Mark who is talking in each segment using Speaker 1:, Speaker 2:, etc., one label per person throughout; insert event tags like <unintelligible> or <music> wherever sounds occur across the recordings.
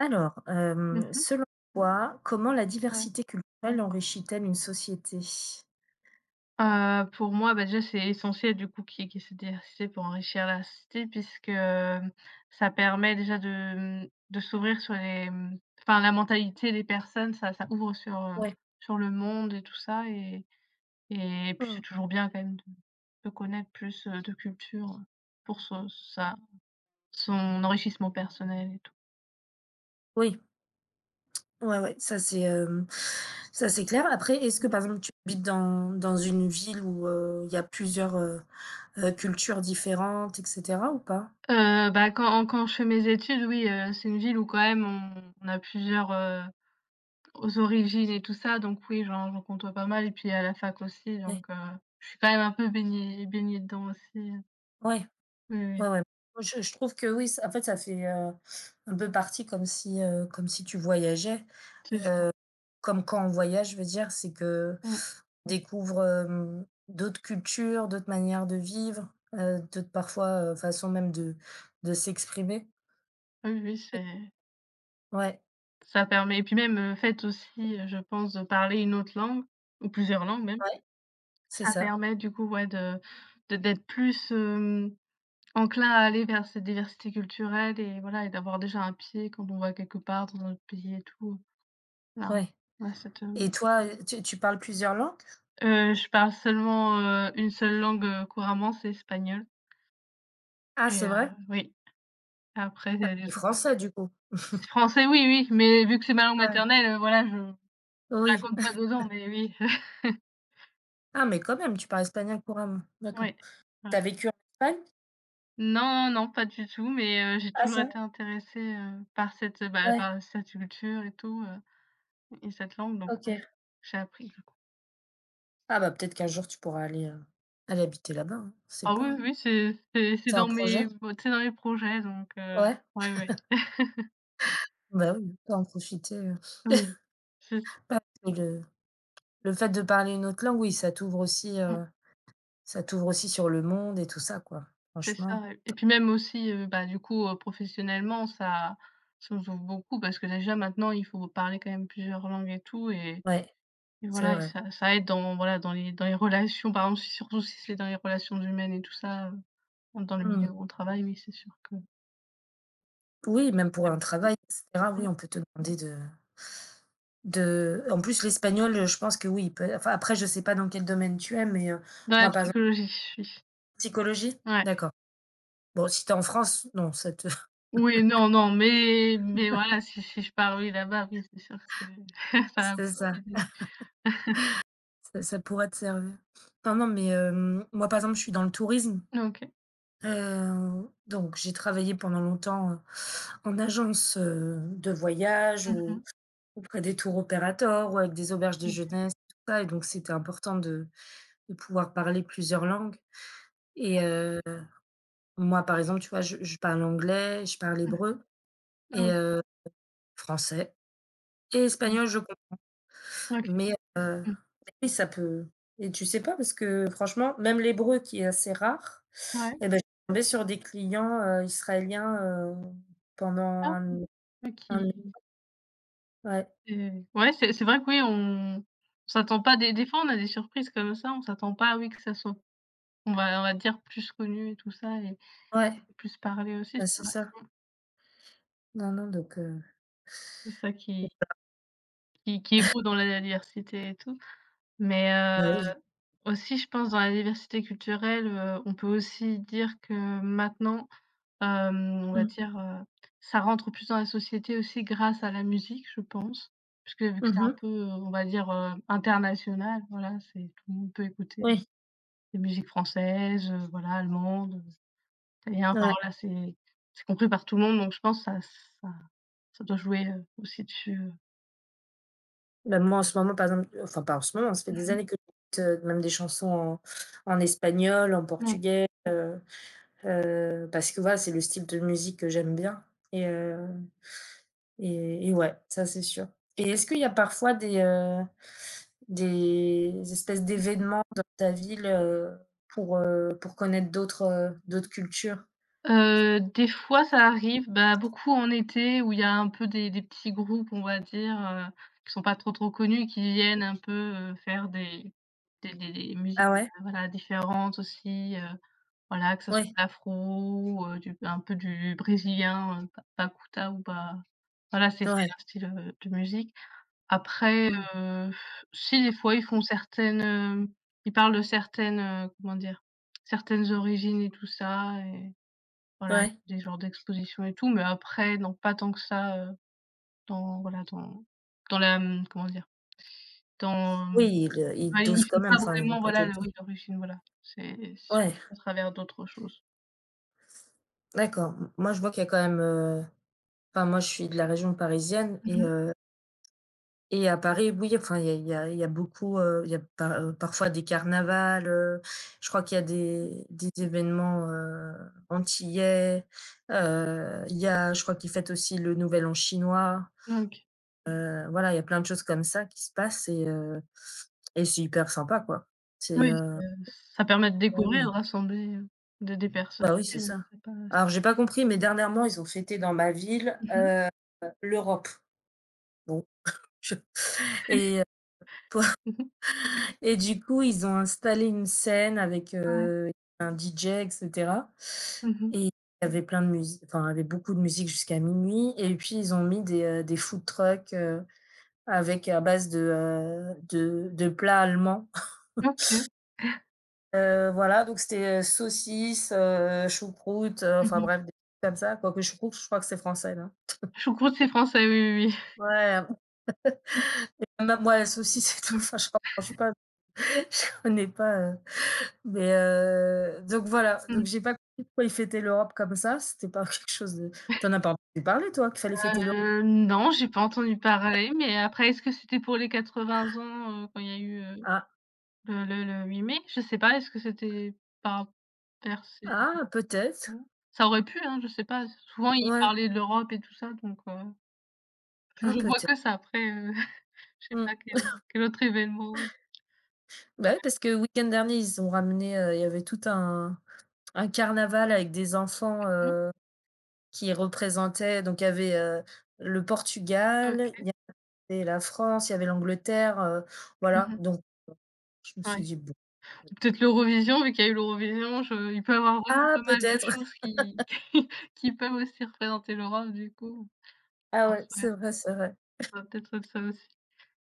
Speaker 1: Alors,
Speaker 2: Mmh mh.
Speaker 1: selon toi, comment la
Speaker 2: Ouais.
Speaker 1: diversité culturelle enrichit-elle une société?
Speaker 2: Pour moi, bah, déjà, c'est essentiel du coup qu'il y ait cette diversité pour enrichir la cité puisque, ça permet déjà de s'ouvrir sur les, enfin la mentalité des personnes, ça ouvre
Speaker 1: Ouais.
Speaker 2: sur le monde et tout ça et puis
Speaker 1: Mmh.
Speaker 2: c'est toujours bien quand même de connaître plus, de culture pour sa son enrichissement personnel et tout.
Speaker 1: Oui, ouais, ouais, ça c'est clair. Après, est-ce que
Speaker 2: Mmh.
Speaker 1: par exemple tu habites dans une ville où, il y a plusieurs, cultures différentes et cetera ou pas?
Speaker 2: Bah, quand je fais mes études, oui, c'est une ville où quand même on a plusieurs aux origines et tout ça, donc oui, j'en côtoie pas mal et puis à la fac aussi,
Speaker 1: Ouais,
Speaker 2: je suis quand même un peu baignée dedans aussi,
Speaker 1: ouais,
Speaker 2: oui, oui,
Speaker 1: ouais, ouais. Moi, je trouve que oui, ça fait, un peu partie comme si tu voyageais,
Speaker 2: c'est ça.
Speaker 1: heu comme quand on voyage, je veux dire, c'est qu'on
Speaker 2: Mmh.
Speaker 1: découvre, d'autres cultures, d'autres manières de vivre, d'autres parfois, façons même de s'exprimer.
Speaker 2: Oui, oui,
Speaker 1: Et
Speaker 2: c'est
Speaker 1: ouais,
Speaker 2: ça permet et puis même, le fait aussi, je pense, de parler une autre langue ou plusieurs langues même,
Speaker 1: ouais, c'est
Speaker 2: ça
Speaker 1: ça,
Speaker 2: permet du coup, ouais, de d'être plus, enclin à aller vers cette diversité culturelle, et voilà, et d'avoir déjà un pied quand on va quelque part dans un autre pays et tout. Voilà,
Speaker 1: ouais.
Speaker 2: ouais, ça te.
Speaker 1: Et toi, tu parles plusieurs langues?
Speaker 2: Je parle seulement, une seule langue, couramment, c'est espagnol
Speaker 1: Ah,
Speaker 2: et
Speaker 1: c'est
Speaker 2: heu,
Speaker 1: vrai?
Speaker 2: oui, après, il y a
Speaker 1: Et
Speaker 2: les autres, non.
Speaker 1: français, du coup?
Speaker 2: C'est français, oui, oui, mais vu que c'est ma langue
Speaker 1: Ouais,
Speaker 2: maternelle, voilà, je la
Speaker 1: oui.
Speaker 2: compte pas dedans, mais oui. <laughs>
Speaker 1: Ah, mais quand même, tu parles espagnol couramment? D'accord.
Speaker 2: Ouais,
Speaker 1: T'as
Speaker 2: ouais.
Speaker 1: vécu en Espagne?
Speaker 2: Non, non, pas du tout, mais j'ai
Speaker 1: Ah,
Speaker 2: toujours
Speaker 1: ça.
Speaker 2: été intéressée, par cette culture et tout, et cette langue, donc
Speaker 1: Ouais,
Speaker 2: ouais,
Speaker 1: OK.
Speaker 2: j'ai appris, du coup.
Speaker 1: Ah, bah, peut-être qu'un jour tu pourras aller, aller habiter là-bas, hein, on sait
Speaker 2: Ah
Speaker 1: pas,
Speaker 2: oui,
Speaker 1: hein.
Speaker 2: oui, c'est c'est c'est
Speaker 1: C'est un
Speaker 2: dans mes
Speaker 1: projet?
Speaker 2: c'est dans mes projets,
Speaker 1: Ouais,
Speaker 2: ouais, ouais.
Speaker 1: bah, oui, autant en profiter.
Speaker 2: Oui, c'est
Speaker 1: Ah, et le fait de parler une autre langue, oui, ça t'ouvre aussi sur le monde et tout ça, quoi,
Speaker 2: C'est
Speaker 1: franchement.
Speaker 2: ça, et puis même aussi, bah, du coup, professionnellement, ça nous ouvre beaucoup parce que déjà maintenant, il faut parler quand même plusieurs langues et tout,
Speaker 1: Ouais,
Speaker 2: et
Speaker 1: c'est
Speaker 2: voilà, et
Speaker 1: vrai.
Speaker 2: ça aide dans, voilà, dans les relations, par exemple, si surtout si c'est dans les relations humaines et tout ça, dans le milieu
Speaker 1: Mmh.
Speaker 2: où on travaille, oui, c'est sûr que
Speaker 1: Oui, même pour un travail et cetera, oui, on peut te demander de en plus l'espagnol, je pense que oui, il peut, enfin après je sais pas dans quel domaine tu es, mais
Speaker 2: dans la
Speaker 1: moi par exemple,
Speaker 2: psychologie, oui.
Speaker 1: psychologie?
Speaker 2: Ouais.
Speaker 1: D'accord. Bon, si t'es en France, non, ça te <laughs>
Speaker 2: Oui, non, non, mais voilà, si je pars, oui, là-bas, oui, c'est sûr que c'est <laughs> ça va
Speaker 1: c'est
Speaker 2: beaucoup
Speaker 1: ça,
Speaker 2: m'aider.
Speaker 1: ça pourrait te servir. Non, non, mais moi par exemple, je suis dans le tourisme.
Speaker 2: OK.
Speaker 1: Donc j'ai travaillé pendant longtemps, en agence, de voyage
Speaker 2: Mmh.
Speaker 1: ou auprès des tours opérateurs ou avec des auberges de
Speaker 2: OK.
Speaker 1: jeunesse, tout ça, et donc c'était important de pouvoir parler plusieurs langues. Et moi, par exemple, tu vois, je parle anglais, je parle
Speaker 2: Mmh.
Speaker 1: hébreu et
Speaker 2: OK.
Speaker 1: français et
Speaker 2: Mmh.
Speaker 1: espagnol, je com,
Speaker 2: OK.
Speaker 1: Mais
Speaker 2: Mmh.
Speaker 1: oui, ça peut. Et tu sais pas parce que franchement, même l'hébreu qui est assez rare,
Speaker 2: Ouais.
Speaker 1: et ben je suis tombée sur des clients, israéliens, heu, pendant
Speaker 2: Ah oui.
Speaker 1: un
Speaker 2: OK,
Speaker 1: un. Ouais,
Speaker 2: ouais, c'est vrai que oui, on s'attend pas des fois, on a des surprises comme ça, on s'attend pas, oui, que ça soit on va dire plus connu et tout ça, et
Speaker 1: ouais,
Speaker 2: et plus parlé aussi,
Speaker 1: bah,
Speaker 2: c'est
Speaker 1: c'est
Speaker 2: vrai.
Speaker 1: ça. Non, non, donc
Speaker 2: C'est ça qui est beau dans la diversité et tout. Mais,
Speaker 1: bah, oui.
Speaker 2: aussi je pense dans la diversité culturelle, on peut aussi dire que maintenant, Hem, on va
Speaker 1: Mmh.
Speaker 2: dire, ça rentre plus dans la société aussi grâce à la musique, je pense. Parce que vu que c'est
Speaker 1: Mmh.
Speaker 2: un
Speaker 1: mh.
Speaker 2: peu, on va dire, international, voilà, c'est tout le monde peut écouter
Speaker 1: Oui,
Speaker 2: des musiques françaises, voilà, allemandes, italiens, enfin
Speaker 1: ouais.
Speaker 2: voilà, c'est compris par tout le monde, donc je pense que ça ça doit jouer, aussi dessus.
Speaker 1: Bah, moi, en ce moment, par exemple, enfin, pas en ce moment, ça fait des années que j'écoute, même des chansons en espagnol, en
Speaker 2: <laughs>
Speaker 1: portugais, parce que, voilà, c'est le style de musique que j'aime bien. Et ouais, ça, c'est sûr. Et est-ce qu'il y a parfois des espèces d'événements dans ta ville, pour connaître d'autres cultures?
Speaker 2: Des fois ça arrive, bah, beaucoup en été où il y a un peu des petits groupes, on va dire, qui sont pas trop, trop connus, qui viennent un peu, faire des musiques,
Speaker 1: Ah ouais?
Speaker 2: heu, voilà, différentes aussi, voilà, que ce soit
Speaker 1: Ouais,
Speaker 2: de l'afro, du un peu du brésilien, pa Pacuta ou ba voilà, c'est
Speaker 1: ouais.
Speaker 2: un style, de musique. Après,
Speaker 1: Mmh.
Speaker 2: heu, si des fois ils font certaines, ils parlent de certaines, comment dire? Certaines origines et tout ça, et voilà,
Speaker 1: Ouais.
Speaker 2: des genres d'expositions et tout, mais après, non, pas tant que ça, dans voilà, dans la, mmh, comment dire? Dans
Speaker 1: Oui, il
Speaker 2: Bah,
Speaker 1: dose
Speaker 2: ils font
Speaker 1: quand même,
Speaker 2: pas
Speaker 1: enfin,
Speaker 2: vraiment,
Speaker 1: pas tout
Speaker 2: voilà,
Speaker 1: le
Speaker 2: le
Speaker 1: temps.
Speaker 2: oui, l'origine, voilà. C'est surtout
Speaker 1: Ouais,
Speaker 2: à travers d'autres choses.
Speaker 1: d'accord. M Moi, je vois qu'il y a quand même, enfin, moi, je suis de la région parisienne.
Speaker 2: Mmh
Speaker 1: Et
Speaker 2: mh.
Speaker 1: et à Paris, oui, enfin, il y a beaucoup, il y a, par parfois des carnavals, je crois qu'il y a des événements, antillais, il y a, je crois qu'ils fêtent aussi le Nouvel An chinois.
Speaker 2: OK.
Speaker 1: Voilà, il y a plein de choses comme ça qui se passent, et c'est hyper sympa, quoi. C'est,
Speaker 2: Oui, ça
Speaker 1: heu,
Speaker 2: ça permet de
Speaker 1: ouais,
Speaker 2: découvrir, de
Speaker 1: oui.
Speaker 2: rassembler, de des personnes
Speaker 1: Bah, oui, c'est
Speaker 2: aussi, donc
Speaker 1: ça.
Speaker 2: c'est pas
Speaker 1: Alors
Speaker 2: c'est.
Speaker 1: j'ai pas compris, mais dernièrement, ils ont fêté dans ma ville,
Speaker 2: Mmh mh.
Speaker 1: l'Europe. Bon. Je <laughs> Et
Speaker 2: Mmh mh.
Speaker 1: du coup, ils ont installé une scène avec,
Speaker 2: Ouais.
Speaker 1: un DJ et cetera,
Speaker 2: Mmh mh.
Speaker 1: et il y avait plein de musique, enfin, il y avait beaucoup de musique jusqu'à minuit. Et puis ils ont mis des food trucks, avec à base de plats allemands.
Speaker 2: OK.
Speaker 1: Voilà, donc c'était, saucisses, choucroute,
Speaker 2: Mmh
Speaker 1: enfin
Speaker 2: mh.
Speaker 1: bref, des trucs comme ça, quoique choucroute, je crois que c'est français, là.
Speaker 2: Choucroute, c'est français, oui, oui,
Speaker 1: Ouais. Même moi, la saucisse et tout, <laughs>
Speaker 2: oui.
Speaker 1: enfin, j'en mange pas, <laughs> je connais pas, mais donc voilà,
Speaker 2: Mmh
Speaker 1: donc
Speaker 2: mh.
Speaker 1: j'ai pas compris pourquoi ils fêtaient l'Europe comme ça, c'était pas <laughs> quelque chose de, tu en as pas entendu parler, toi, qu'il fallait fêter l'Europe?
Speaker 2: Non, j'ai pas entendu parler, mais après, est-ce que c'était pour les 80 ans, quand il y a eu, heu
Speaker 1: Ah,
Speaker 2: Le le le 8 mai? Je sais pas, est-ce que c'était par percé
Speaker 1: ah peut-être,
Speaker 2: <unintelligible> ça aurait pu, hein, je sais pas. Souvent, ils
Speaker 1: ouais,
Speaker 2: parlaient de l'Europe et tout ça, je
Speaker 1: ah
Speaker 2: je vois
Speaker 1: peut-être,
Speaker 2: que ça après, <laughs> je sais pas
Speaker 1: mmh.
Speaker 2: quel autre événement.
Speaker 1: Bah, oui, parce que le week-end dernier, ils ont ramené, il y avait tout un carnaval avec des enfants,
Speaker 2: Mmh,
Speaker 1: qui représentaient, donc il y avait, le Portugal, il
Speaker 2: OK.
Speaker 1: y avait la France, il y avait l'Angleterre,
Speaker 2: Mmh
Speaker 1: voilà,
Speaker 2: mh.
Speaker 1: donc je me suis
Speaker 2: Ouais.
Speaker 1: dit: «Bon,
Speaker 2: Peut-être l'Eurovision, vu qu'il y a eu l'Eurovision, je il peut y avoir vraiment
Speaker 1: ah
Speaker 2: pas mal de
Speaker 1: peut-être».
Speaker 2: choses qui <laughs> qui qui peuvent aussi représenter l'Europe du coup, je
Speaker 1: Ah ouais,
Speaker 2: pense, ouais,
Speaker 1: c'est vrai, c'est vrai.
Speaker 2: ça doit peut-être être ça aussi.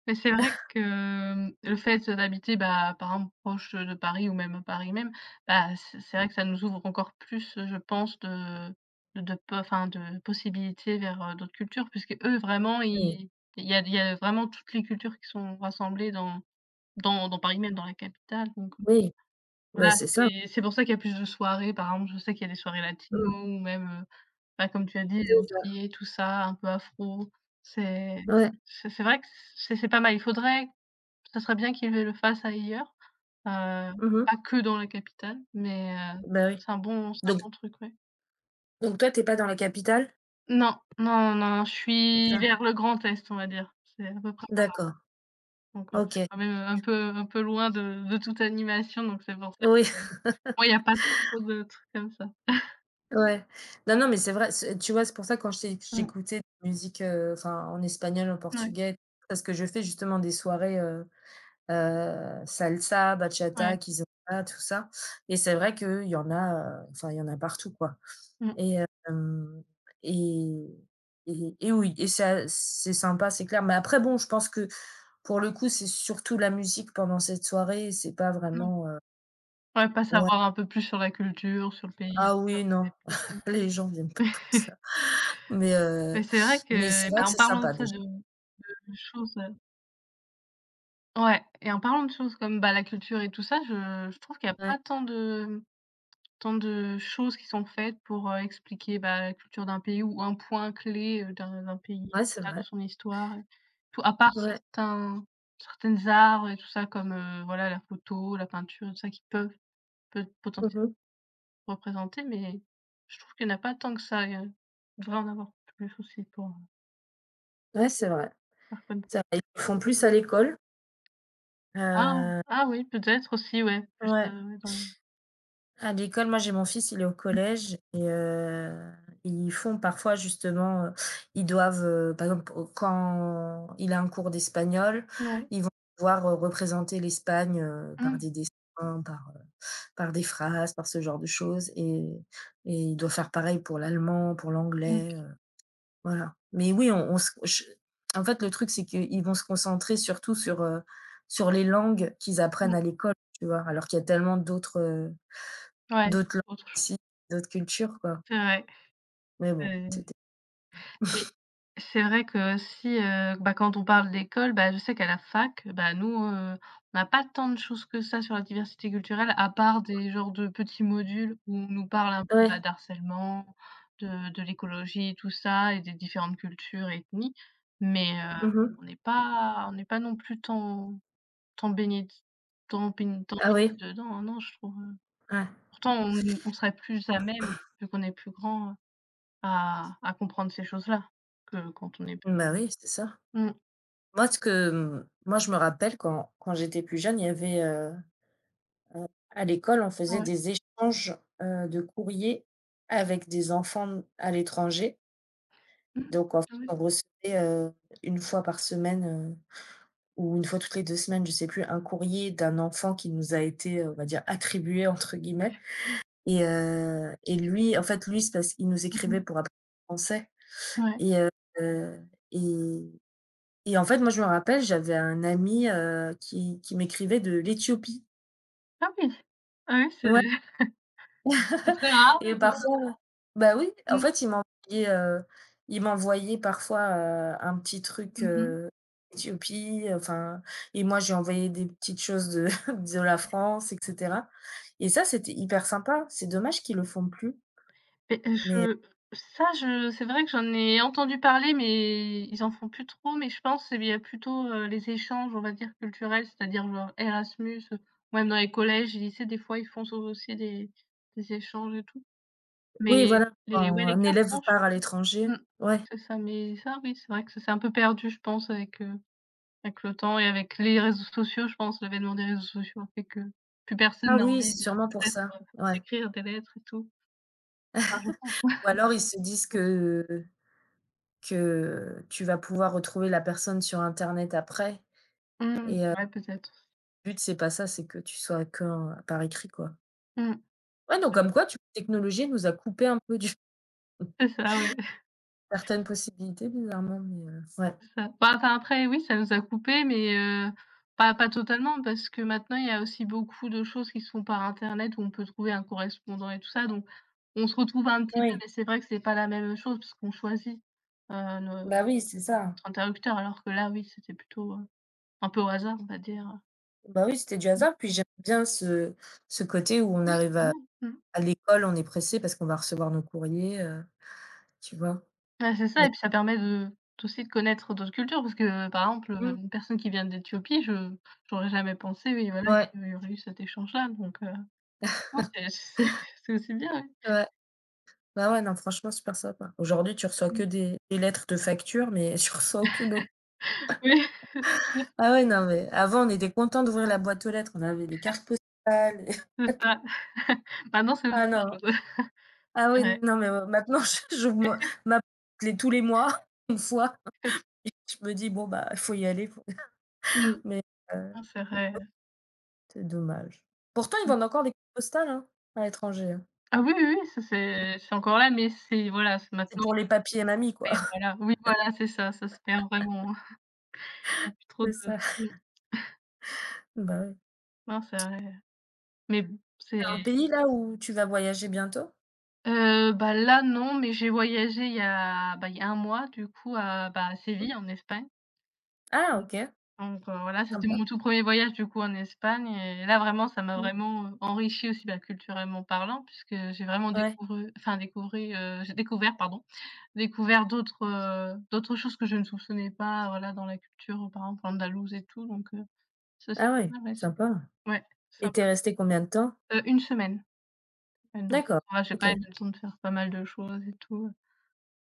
Speaker 2: Mais c'est vrai que, le fait d'habiter, bah, par exemple proche de Paris ou même à Paris même, bah, c'est vrai que ça nous ouvre encore plus, je pense, de po enfin de possibilités vers, d'autres cultures puisque eux vraiment
Speaker 1: Oui,
Speaker 2: ils il y a vraiment toutes les cultures qui sont rassemblées dans Paris même, dans la capitale,
Speaker 1: oui, bah,
Speaker 2: voilà,
Speaker 1: c'est ça.
Speaker 2: c'est pour ça qu'il y a plus de soirées par exemple, je sais qu'il y a des soirées latino
Speaker 1: Mmh,
Speaker 2: ou même, bah, comme tu as dit les
Speaker 1: c'est ça.
Speaker 2: antillais tout ça, un peu afro. C'est
Speaker 1: Ouais.
Speaker 2: c'est vrai que c'est pas mal. Il faudrait Ça serait bien qu'ils le fassent ailleurs, heu,
Speaker 1: Mmh. mh.
Speaker 2: pas que dans la capitale, mais
Speaker 1: Bah, oui.
Speaker 2: c'est un bon c'est un
Speaker 1: Donc
Speaker 2: bon truc, ouais.
Speaker 1: donc toi, tu es pas dans la capitale?
Speaker 2: Non, non, non, non, je
Speaker 1: C'est
Speaker 2: suis
Speaker 1: ça?
Speaker 2: vers le Grand Est, on va dire. C'est à peu près là,
Speaker 1: D'accord,
Speaker 2: je suis
Speaker 1: OK.
Speaker 2: quand même, un peu loin de toute animation, donc c'est pour ça
Speaker 1: Oui,
Speaker 2: que
Speaker 1: <laughs>
Speaker 2: moi, il y a pas trop trop de trucs comme ça.
Speaker 1: ouais. Non, non, mais c'est vrai, c'est tu vois, c'est pour ça, quand je t'ai
Speaker 2: Mmh.
Speaker 1: j'écoutais des musiques, enfin, en espagnol, en
Speaker 2: Ouais,
Speaker 1: portugais, parce que je fais justement des soirées, salsa,
Speaker 2: ouais.
Speaker 1: bachata, kizomba, tout ça, et c'est vrai qu'il y en a, enfin, il y en a partout, quoi.
Speaker 2: Mmh,
Speaker 1: Et hem et et oui, et ça c'est sympa, c'est clair. Mais après bon, je pense que pour le coup, c'est surtout la musique pendant cette soirée, c'est pas
Speaker 2: mmh.
Speaker 1: vraiment,
Speaker 2: Ouais, pas
Speaker 1: ouais.
Speaker 2: savoir un peu plus sur la culture, sur le pays et tout
Speaker 1: Ah
Speaker 2: ça,
Speaker 1: oui,
Speaker 2: oui,
Speaker 1: non,
Speaker 2: c'est plus,
Speaker 1: <laughs> les gens viennent pas.
Speaker 2: <laughs>
Speaker 1: Mais
Speaker 2: mais
Speaker 1: heu,
Speaker 2: c'est vrai
Speaker 1: mais
Speaker 2: que,
Speaker 1: c'est vrai
Speaker 2: bah,
Speaker 1: que
Speaker 2: en
Speaker 1: c'est
Speaker 2: parlant de
Speaker 1: sympa
Speaker 2: ça, de
Speaker 1: déjà.
Speaker 2: de choses. Ouais, et en parlant de choses comme, bah, la culture et tout ça, je trouve qu'il y a pas
Speaker 1: Ouais,
Speaker 2: tant de choses qui sont faites pour, expliquer, bah, la culture d'un pays ou un point clé, d'un pays,
Speaker 1: ouais,
Speaker 2: tout
Speaker 1: c'est
Speaker 2: ça, de
Speaker 1: vrai.
Speaker 2: son histoire et tout, à part
Speaker 1: Ouais.
Speaker 2: certains certaines arts et tout ça comme, voilà, la photo, la peinture, tout ça qui peuvent peut potentiellement
Speaker 1: Mmh.
Speaker 2: représenter, mais je trouve qu'il n'y en a pas tant que ça, et il devrait en avoir plus aussi pour,
Speaker 1: Ouais, c'est vrai.
Speaker 2: faire connaître.
Speaker 1: C'est vrai. Ils le font plus à l'école.
Speaker 2: Ah!
Speaker 1: Heu,
Speaker 2: Ah oui, peut-être aussi, ouais, plus,
Speaker 1: ouais.
Speaker 2: heu, ouais, dans les
Speaker 1: À l'école, moi j'ai mon fils, il est au collège et ils font parfois justement, ils doivent, par exemple, au quand il a un cours d'espagnol,
Speaker 2: ouais.
Speaker 1: ils vont devoir, représenter l'Espagne, par
Speaker 2: Mmh.
Speaker 1: des dessins, par des phrases, par ce genre de choses, et il doit faire pareil pour l'allemand, pour
Speaker 2: OK.
Speaker 1: l'anglais, voilà. Mais oui, on se je en fait, le truc, c'est qu'ils vont se concentrer surtout sur les langues qu'ils apprennent à l'école, tu vois? Alors qu'il y a tellement d'autres,
Speaker 2: Ouais,
Speaker 1: d'autres
Speaker 2: autre
Speaker 1: langues
Speaker 2: chose,
Speaker 1: aussi, d'autres cultures, quoi.
Speaker 2: c'est vrai,
Speaker 1: Mais bon,
Speaker 2: c'est
Speaker 1: c'était.
Speaker 2: mais c'est vrai que si, bah, quand on parle d'école, bah, je sais qu'à la fac, bah, nous, on n'a pas tant de choses que ça sur la diversité culturelle, à part des genres de petits modules où on nous parle un peu, bah,
Speaker 1: Ouais.
Speaker 2: d'harcèlement, de l'écologie et tout ça et des différentes cultures, ethnies, mais
Speaker 1: Mmh. mh.
Speaker 2: on n'est pas non plus tant tant baigné d tant baign tant
Speaker 1: Ah oui?
Speaker 2: baigné dedans, hein, non, je trouve.
Speaker 1: Ouais.
Speaker 2: Pourtant, on serait plus à même, vu qu'on est plus grand, à comprendre ces choses-là, que quand on est p
Speaker 1: Bah, oui, c'est ça.
Speaker 2: mmh,
Speaker 1: Moi, moi, je me rappelle quand j'étais plus jeune, il y avait, heu, à l'école, on faisait
Speaker 2: ouais.
Speaker 1: des échanges, de courriers avec des enfants n à l'étranger.
Speaker 2: Mmh.
Speaker 1: Donc en fait,
Speaker 2: Ah oui.
Speaker 1: on recevait, une fois par semaine, heu, ou une fois toutes les 2 semaines, je sais plus, un courrier d'un enfant qui nous a été, on va dire «attribué» entre guillemets. Et lui, en fait, lui, c'est parce qu'il nous écrivait
Speaker 2: Mmh.
Speaker 1: pour apprendre le français.
Speaker 2: Ouais.
Speaker 1: Et et en fait, moi, je me rappelle, j'avais un ami, qui m'écrivait de l'Éthiopie.
Speaker 2: Ah oui! Ah oui, c'est
Speaker 1: Ouais.
Speaker 2: <laughs> c'est
Speaker 1: <laughs>
Speaker 2: très rare, oui,
Speaker 1: Et
Speaker 2: mais bon.
Speaker 1: parfois, bah, oui, en
Speaker 2: Mmh.
Speaker 1: fait, il m'envoyait parfois, un petit truc,
Speaker 2: Mmh mh.
Speaker 1: Éthiopie, enfin. Et moi, j'ai envoyé des petites choses de <laughs> de la France et cetera, et ça, c'était hyper sympa. C'est dommage qu'ils le font plus,
Speaker 2: Et
Speaker 1: mais.
Speaker 2: je ça, je C'est vrai que j'en ai entendu parler, mais ils en font plus trop, mais je pense il y a plutôt, les échanges, on va dire, culturels, c'est-à-dire genre Erasmus, ou même dans les collèges et lycées, des fois, ils font aussi des échanges et tout.
Speaker 1: Oui,
Speaker 2: Mais
Speaker 1: voilà, quand
Speaker 2: les ouais, les
Speaker 1: un
Speaker 2: cartes,
Speaker 1: élève
Speaker 2: non, je
Speaker 1: part
Speaker 2: suis
Speaker 1: à
Speaker 2: pas.
Speaker 1: l'étranger,
Speaker 2: Mmh,
Speaker 1: ouais.
Speaker 2: c'est ça, mais ça, oui, c'est vrai que ça s'est un peu perdu, je pense, avec, avec le temps et avec les réseaux sociaux, je pense. L'avènement des réseaux sociaux a fait que plus personne
Speaker 1: Ah
Speaker 2: n'a
Speaker 1: oui,
Speaker 2: envie
Speaker 1: c'est
Speaker 2: de
Speaker 1: sûrement pour
Speaker 2: peut-être,
Speaker 1: ça, ouais.
Speaker 2: d'écrire des lettres et tout. Enfin, je pense.
Speaker 1: Ou alors ils se disent
Speaker 2: <laughs>
Speaker 1: que tu vas pouvoir retrouver la personne sur internet après.
Speaker 2: Mmh,
Speaker 1: Et
Speaker 2: ouais, peut-être.
Speaker 1: le but c'est pas ça, c'est que tu sois qu'un par écrit, quoi.
Speaker 2: Mmh.
Speaker 1: Ouais, donc
Speaker 2: Ouais,
Speaker 1: comme quoi tu la technologie nous a coupé un peu du
Speaker 2: c'est
Speaker 1: <laughs>
Speaker 2: ça, ouais.
Speaker 1: certaines possibilités bizarrement, mais ouais.
Speaker 2: Ça bah, enfin, après, oui, ça nous a coupé, mais pas totalement parce que maintenant, il y a aussi beaucoup de choses qui se font par internet où on peut trouver un correspondant et tout ça, donc on se retrouve un petit peu,
Speaker 1: Oui,
Speaker 2: mais c'est vrai que c'est pas la même chose parce qu'on choisit, notre
Speaker 1: bah oui, c'est ça.
Speaker 2: interlocuteur alors que là, oui, c'était plutôt, un peu au hasard, on va dire.
Speaker 1: Bah oui, c'était du
Speaker 2: Mmh.
Speaker 1: hasard, puis j'aime bien ce côté où on
Speaker 2: Oui, c'est
Speaker 1: arrive
Speaker 2: pas
Speaker 1: à.
Speaker 2: mal. Mmh.
Speaker 1: À l'école, on est pressé parce qu'on va recevoir nos courriers, tu vois?
Speaker 2: Ouais, c'est ça
Speaker 1: Mais.
Speaker 2: et puis ça permet de connaître d'autres cultures parce que, par exemple,
Speaker 1: Mmh.
Speaker 2: une personne qui vient d'Éthiopie, je j'aurais jamais pensé, oui, voilà,
Speaker 1: Ouais,
Speaker 2: qu'il y aurait eu cet échange-là, donc heu. Non, c'est <laughs> c'est aussi bien, ouais.
Speaker 1: ouais. Bah, ouais, non, franchement, super sympa. Aujourd'hui, tu reçois que
Speaker 2: Mmh.
Speaker 1: des lettres de factures, mais <laughs> tu reçois aucune autre.
Speaker 2: Oui, <laughs> c'est sûr,
Speaker 1: Ah ouais, non, mais avant, on était content d'ouvrir la boîte aux lettres. On avait des cartes postales. <laughs>
Speaker 2: c'est ça. <laughs> Bah, non, c'est
Speaker 1: Ah
Speaker 2: autre
Speaker 1: non,
Speaker 2: chose, <laughs>
Speaker 1: ah
Speaker 2: c'est
Speaker 1: oui,
Speaker 2: vrai.
Speaker 1: non, mais ouais, maintenant, <laughs> je j'ouvre moi ma <laughs> boîte les tous les mois, <laughs> une fois, et je me dis: «Bon, bah, il faut y aller, faut».
Speaker 2: Mmh.
Speaker 1: <laughs> Mais heu,
Speaker 2: Non, c'est vrai,
Speaker 1: c'est dommage. Pourtant, ils
Speaker 2: mmh.
Speaker 1: vendent encore des cartes postales, hein, à l'étranger, hein.
Speaker 2: Ah oui, oui, oui, ça c'est encore là, mais c'est voilà, c'est
Speaker 1: C'est
Speaker 2: maintenant
Speaker 1: pour les papis et
Speaker 2: on
Speaker 1: mamies,
Speaker 2: se
Speaker 1: quoi.
Speaker 2: perd,
Speaker 1: <laughs>
Speaker 2: voilà. Oui, voilà, c'est ça, ça se perd vraiment. <laughs> Il y a plus trop de.
Speaker 1: C'est ça.
Speaker 2: Mmh.
Speaker 1: Bah, ouais.
Speaker 2: Non, c'est vrai, mais bon, c'est
Speaker 1: Tu un pays, là, où tu vas voyager bientôt?
Speaker 2: bah, là non, mais j'ai voyagé il y a, 1 mois du coup à, bah, à Séville en Espagne.
Speaker 1: Ah, OK,
Speaker 2: Voilà, c'était
Speaker 1: sympa.
Speaker 2: mon tout premier voyage du coup en Espagne et là vraiment ça m'a
Speaker 1: Mmh.
Speaker 2: vraiment, enrichi aussi, bah, culturellement parlant puisque j'ai vraiment
Speaker 1: Ouais.
Speaker 2: découvert j'ai découvert pardon, découvert d'autres, d'autres choses que je ne soupçonnais pas, voilà, dans la culture, par exemple andalouse et tout, donc ça c'est
Speaker 1: Ah
Speaker 2: pas
Speaker 1: ouais,
Speaker 2: mal, ouais, c'est
Speaker 1: sympa,
Speaker 2: ouais,
Speaker 1: et tu
Speaker 2: sympa.
Speaker 1: resté combien de temps?
Speaker 2: 1 semaine, donc
Speaker 1: D'accord,
Speaker 2: voilà, j'ai quand
Speaker 1: OK.
Speaker 2: même eu le temps de faire pas mal de choses et tout,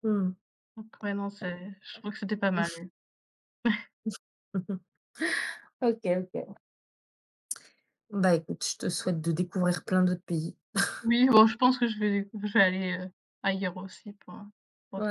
Speaker 1: Mmh.
Speaker 2: donc ouais, non, c'est je trouve que c'était pas mal.
Speaker 1: <laughs> OK, OK. Bah, écoute, je te souhaite de découvrir plein d'autres pays.
Speaker 2: Oui, bon, je pense que je vais aller, ailleurs aussi pour,
Speaker 1: Ouais.